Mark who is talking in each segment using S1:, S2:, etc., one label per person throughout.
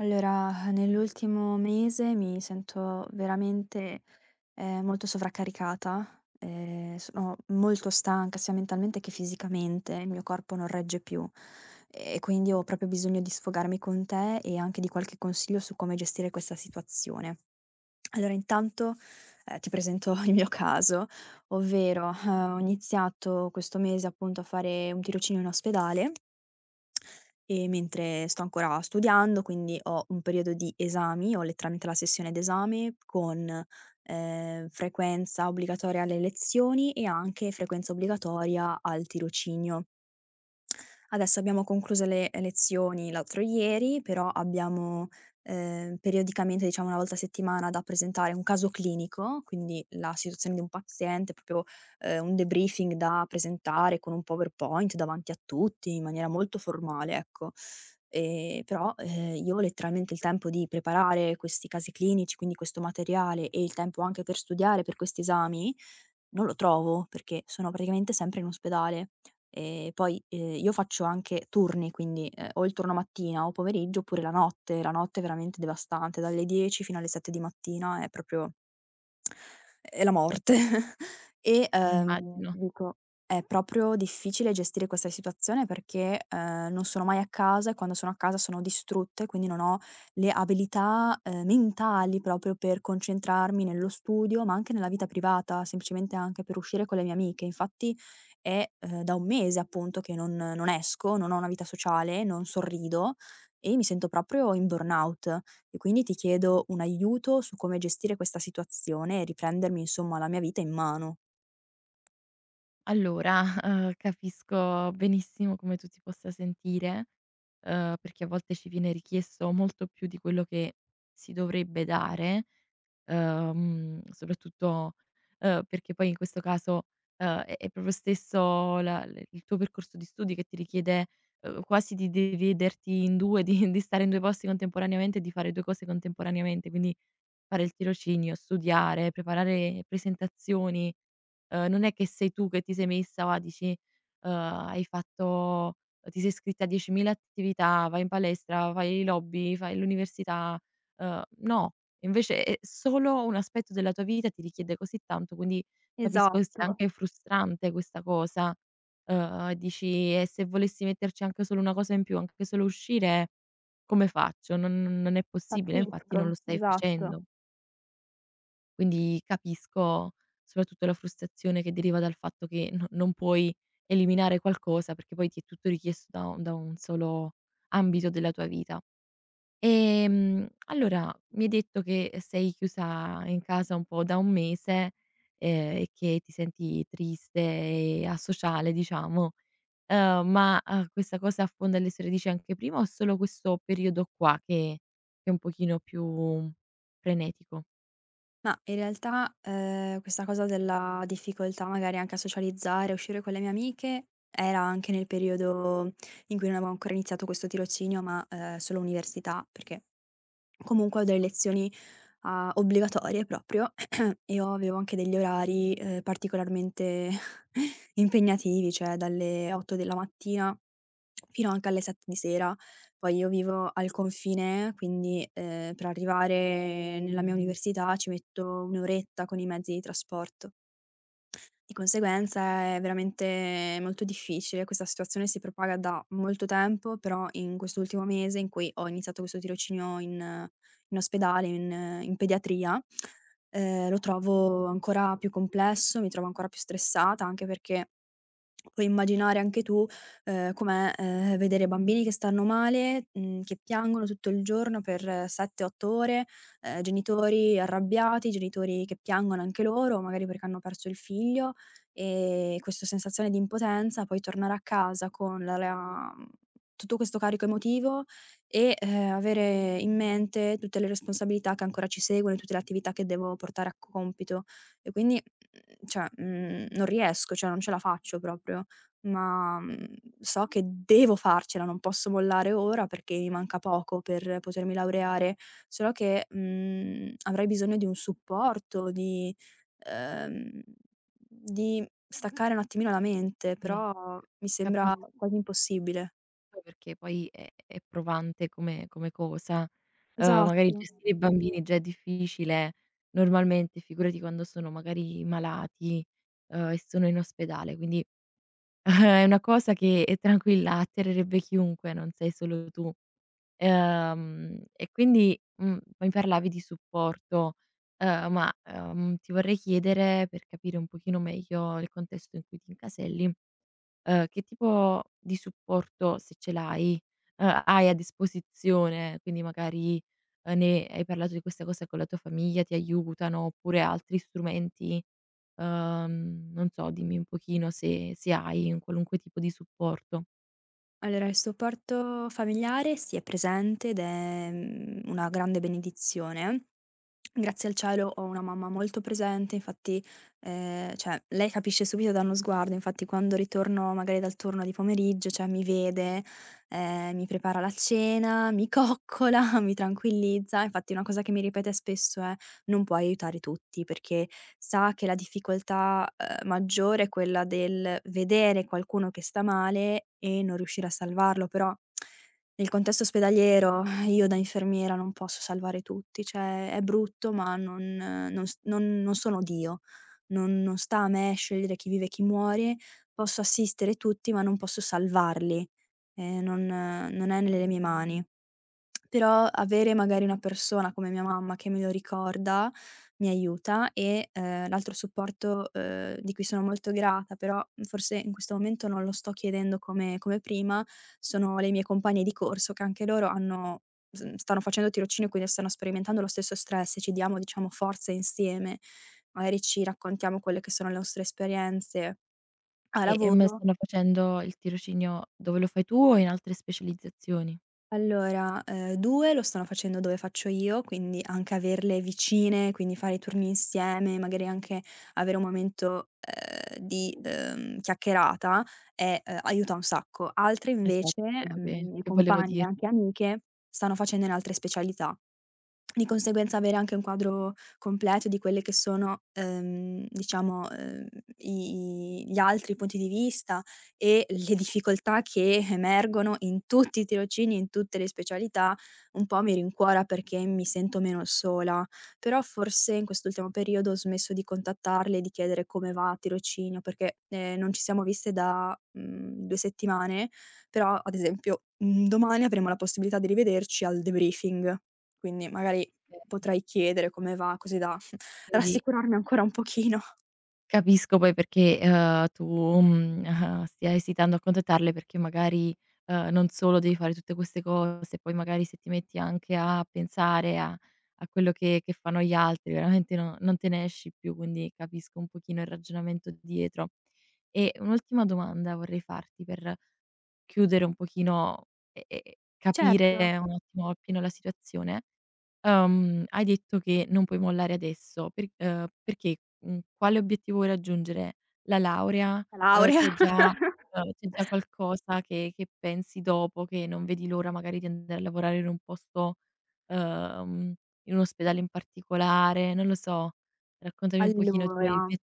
S1: Allora, nell'ultimo mese mi sento veramente, molto sovraccaricata. Sono molto stanca sia mentalmente che fisicamente, il mio corpo non regge più e quindi ho proprio bisogno di sfogarmi con te e anche di qualche consiglio su come gestire questa situazione. Allora intanto, ti presento il mio caso, ovvero, ho iniziato questo mese appunto a fare un tirocinio in ospedale e mentre sto ancora studiando, quindi ho un periodo di esami, ho letteralmente la sessione d'esame con, frequenza obbligatoria alle lezioni e anche frequenza obbligatoria al tirocinio. Adesso abbiamo concluso le lezioni l'altro ieri, però abbiamo, periodicamente, diciamo una volta a settimana, da presentare un caso clinico, quindi la situazione di un paziente, proprio, un debriefing da presentare con un PowerPoint davanti a tutti, in maniera molto formale, ecco. Però, io ho letteralmente il tempo di preparare questi casi clinici, quindi questo materiale, e il tempo anche per studiare per questi esami, non lo trovo, perché sono praticamente sempre in ospedale. Poi, io faccio anche turni, quindi, ho il turno mattina o pomeriggio oppure la notte. La notte è veramente devastante, dalle 10 fino alle 7 di mattina è la morte. E,
S2: Immagino.
S1: ti dico, è proprio difficile gestire questa situazione perché, non sono mai a casa e quando sono a casa sono distrutta e quindi non ho le abilità, mentali proprio per concentrarmi nello studio, ma anche nella vita privata, semplicemente anche per uscire con le mie amiche. Infatti è, da un mese appunto che non esco, non ho una vita sociale, non sorrido e mi sento proprio in burnout. E quindi ti chiedo un aiuto su come gestire questa situazione e riprendermi insomma la mia vita in mano.
S2: Allora, capisco benissimo come tu ti possa sentire, perché a volte ci viene richiesto molto più di quello che si dovrebbe dare, soprattutto, perché poi in questo caso, è proprio stesso la l il tuo percorso di studi che ti richiede, quasi di dividerti in 2, di di stare in 2 posti contemporaneamente e di fare 2 cose contemporaneamente, quindi fare il tirocinio, studiare, preparare presentazioni, non è che sei tu che ti sei messa, va, dici, hai fatto ti sei iscritta a 10.000 attività, vai in palestra, fai l'hobby, fai l'università, no, invece è solo un aspetto della tua vita ti richiede così tanto, quindi capisco che sia
S1: Esatto,
S2: anche frustrante questa cosa. Dici: "E se volessi metterci anche solo una cosa in più, anche solo uscire, come faccio? Non è possibile", infatti
S1: pazzesco,
S2: non lo stai facendo.
S1: esatto.
S2: Quindi capisco soprattutto la frustrazione che deriva dal fatto che no non puoi eliminare qualcosa, perché poi ti è tutto richiesto da un solo ambito della tua vita. Allora mi hai detto che sei chiusa in casa un po' da un mese, e che ti senti triste e asociale diciamo, ma questa cosa affonda le sue radici anche prima o solo questo periodo qua che è un pochino più frenetico?
S1: Ma in realtà, questa cosa della difficoltà magari anche a socializzare, a uscire con le mie amiche, era anche nel periodo in cui non avevo ancora iniziato questo tirocinio, ma, solo università, perché comunque ho delle lezioni a obbligatorie proprio, e io avevo anche degli orari, particolarmente impegnativi, cioè dalle 8 della mattina fino anche alle 7 di sera. Poi io vivo al confine, quindi, per arrivare nella mia università ci metto un' oretta con i mezzi di trasporto. Di conseguenza è veramente molto difficile, questa situazione si propaga da molto tempo, però in quest'ultimo mese in cui ho iniziato questo tirocinio in ospedale, in pediatria, lo trovo ancora più complesso, mi trovo ancora più stressata, anche perché puoi immaginare anche tu, com'è, vedere bambini che stanno male, che piangono tutto il giorno per 7, 8 ore, genitori arrabbiati, genitori che piangono anche loro, magari perché hanno perso il figlio, questa sensazione di impotenza, poi tornare a casa con la la mhmm, tutto questo carico emotivo e, avere in mente tutte le responsabilità che ancora ci seguono e tutte le attività che devo portare a compito. E quindi cioè, non riesco, cioè non ce la faccio proprio, ma, so che devo farcela, non posso mollare ora perché mi manca poco per potermi laureare, solo che, avrei bisogno di un supporto, ehm, di staccare un attimino la mente,
S2: Sì.
S1: però mi sembra
S2: Capisco
S1: quasi impossibile.
S2: perché poi è provante come come cosa. Magari
S1: Esatto.
S2: gestire i bambini già è difficile normalmente, figurati quando sono magari malati, e sono in ospedale, quindi è una cosa che, tranquilla, atterrerebbe chiunque, non sei solo tu. E quindi mi parlavi di supporto, ma ti vorrei chiedere, per capire un pochino meglio il contesto in cui ti incaselli. Che tipo di supporto, se ce l'hai, hai a disposizione? Quindi magari, ne hai parlato di questa cosa con la tua famiglia, ti aiutano, oppure altri strumenti, non so, dimmi un pochino se se hai un qualunque tipo di supporto.
S1: Allora il supporto familiare sì è presente ed è, una grande benedizione. Grazie al cielo ho una mamma molto presente. Infatti, cioè lei capisce subito da uno sguardo, infatti quando ritorno magari dal turno di pomeriggio, cioè mi vede, mi prepara la cena, mi coccola, mi tranquillizza. Infatti una cosa che mi ripete spesso è: "Non puoi aiutare tutti", perché sa che la difficoltà, maggiore è quella del vedere qualcuno che sta male e non riuscire a salvarlo, però nel contesto ospedaliero e io da infermiera non posso salvare tutti, cioè è brutto ma non non s non non sono Dio. Non non sta a me scegliere chi vive e chi muore. Posso assistere tutti ma non posso salvarli. Ehm, non non è nelle mie mani. Però avere magari una persona come mia mamma che me lo ricorda, mi aiuta e, l'altro supporto, di cui sono molto grata, però forse in questo momento non lo sto chiedendo come prima, sono le mie compagne di corso che anche loro hanno s stanno facendo tirocinio, quindi stanno sperimentando lo stesso stress e ci diamo diciamo forze insieme. Magari ci raccontiamo quelle che sono le nostre esperienze a
S2: E,
S1: lavoro.
S2: stanno facendo il tirocinio dove lo fai tu o in altre specializzazioni?
S1: Allora, 2 lo stanno facendo dove faccio io, quindi anche averle vicine, quindi fare i turni insieme, magari anche avere un momento, di, chiacchierata è, aiuta un sacco. Altre
S2: Esatto,
S1: invece,
S2: quello che
S1: mie
S2: che volevo
S1: compagne e
S2: dirti.
S1: anche amiche, stanno facendo in altre specialità. Di conseguenza avere anche un quadro completo di quelle che sono, diciamo, i i gli altri punti di vista e le difficoltà che emergono in tutti i tirocini, in tutte le specialità, un po' mi rincuora perché mi sento meno sola. Però forse in quest'ultimo periodo ho smesso di contattarle e di chiedere come va a tirocinio, perché, non ci siamo viste da, 2 settimane, però ad esempio, domani avremo la possibilità di rivederci al debriefing, quindi magari potrei chiedere come va, così da
S2: Quindi
S1: rassicurarmi ancora un pochino.
S2: capisco poi perché, tu, ah-ah, stia esitando a contattarle perché magari, non solo devi fare tutte queste cose, poi magari se ti metti anche a pensare a a quello che fanno gli altri veramente no non te ne esci più, quindi capisco un pochino il ragionamento dietro. E un'ultima domanda vorrei farti per chiudere un pochino e
S1: Certo,
S2: capire un attimo appieno la situazione. Hai detto che non puoi mollare adesso, per perché, quale obiettivo vuoi raggiungere? La laurea?
S1: la
S2: Uhm,
S1: laurea.
S2: c'è già c'è già qualcosa che pensi dopo, che non vedi l'ora magari di andare a lavorare in un posto uhm, in un ospedale in particolare? Non lo so, raccontami un pochino i tuoi
S1: Allora
S2: obiettivi.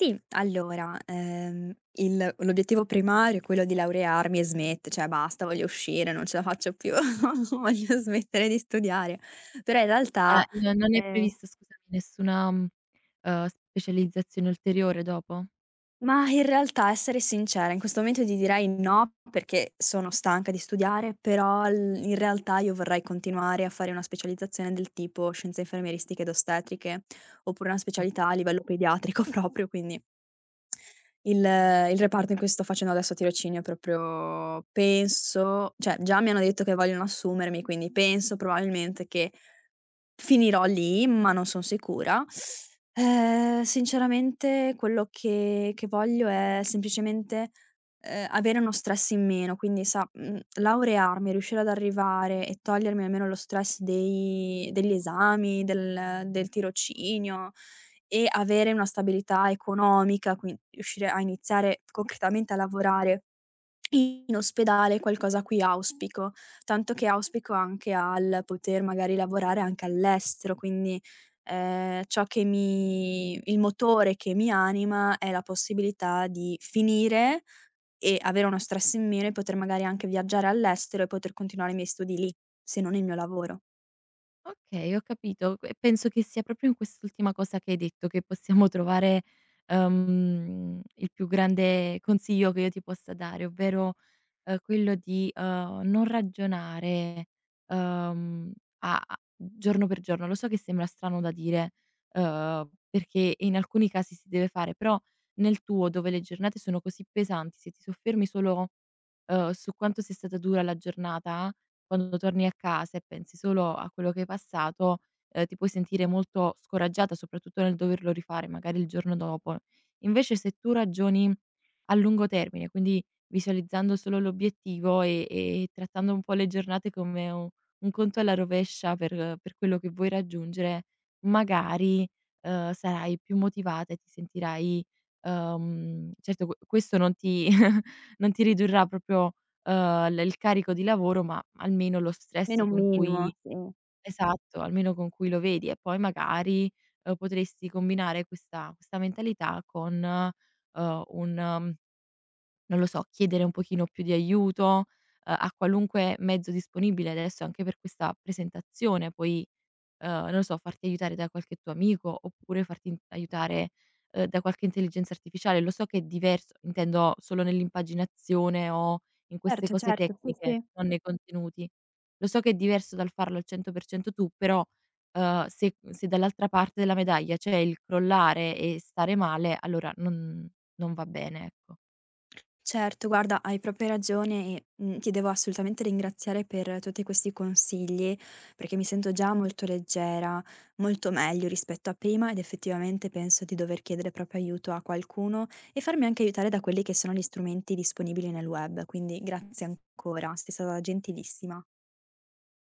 S1: sì, allora, il l'obiettivo primario è quello di laurearmi e smett cioè basta, voglio uscire, non ce la faccio più, voglio smettere di studiare. Però in
S2: Ah,
S1: realtà,
S2: no non è
S1: ehm
S2: previsto, scusami, nessuna, specializzazione ulteriore dopo?
S1: Ma in realtà, essere sincera, in questo momento ti direi no, perché sono stanca di studiare, però l in realtà io vorrei continuare a fare una specializzazione del tipo scienze infermieristiche ed ostetriche, oppure una specialità a
S2: Okay.
S1: livello pediatrico proprio, quindi il reparto in cui sto facendo adesso tirocinio è proprio, penso, cioè già mi hanno detto che vogliono assumermi, quindi penso probabilmente che finirò lì, ma non son sicura. Sinceramente quello che voglio è semplicemente, avere uno stress in meno, quindi sa, laurearmi, riuscire ad arrivare e togliermi almeno lo stress dei degli esami, del tirocinio e avere una stabilità economica, quin riuscire a iniziare concretamente a lavorare in ospedale qualcosa qui auspico, tanto che auspico anche al poter magari lavorare anche all'estero, quindi, ciò che mi il motore che mi anima è la possibilità di finire e avere uno stress in meno e poter magari anche viaggiare all'estero e poter continuare i miei studi lì, se non il mio lavoro.
S2: Okay, ho capito. E penso che sia proprio in quest'ultima cosa che hai detto che possiamo trovare, il più grande consiglio che io ti possa dare, ovvero quello di, non ragionare, uhm, a a giorno per giorno. Lo so che sembra strano da dire, perché in alcuni casi si deve fare, però nel tuo, dove le giornate sono così pesanti, se ti soffermi solo, su quanto sia stata dura la giornata, quando torni a casa e pensi solo a quello che hai passato, ti puoi sentire molto scoraggiata, soprattutto nel doverlo rifare magari il giorno dopo. Invece se tu ragioni a lungo termine, quindi visualizzando solo l'obiettivo e trattando un po' le giornate come u un conto alla rovescia per quello che vuoi raggiungere, magari, sarai più motivata e ti sentirai certo q questo non ti non ti ridurrà proprio, l il carico di lavoro, ma almeno lo
S1: Meno
S2: stress
S1: un
S2: con
S1: minimo,
S2: cui
S1: sì.
S2: esatto, almeno con cui lo vedi. E poi magari, potresti combinare questa questa mentalità con, un non lo so, chiedere un pochino più di aiuto, a qualunque mezzo disponibile adesso anche per questa presentazione, puoi, non lo so, farti aiutare da qualche tuo amico oppure farti in aiutare, da qualche intelligenza artificiale. Lo so che è diverso, intendo solo nell'impaginazione o in queste
S1: Certo,
S2: cose
S1: certo, sì,
S2: tecniche,
S1: sì.
S2: non nei contenuti. Lo so che è diverso dal farlo al 100% tu, però, se se dall'altra parte della medaglia c'è il crollare e stare male, allora non non va bene, ecco.
S1: Certo, guarda, hai proprio ragione e, ti devo assolutamente ringraziare per tutti questi consigli, perché mi sento già molto leggera, molto meglio rispetto a prima ed effettivamente penso di dover chiedere proprio aiuto a qualcuno e farmi anche aiutare da quelli che sono gli strumenti disponibili nel web. Quindi grazie ancora, sei stata gentilissima.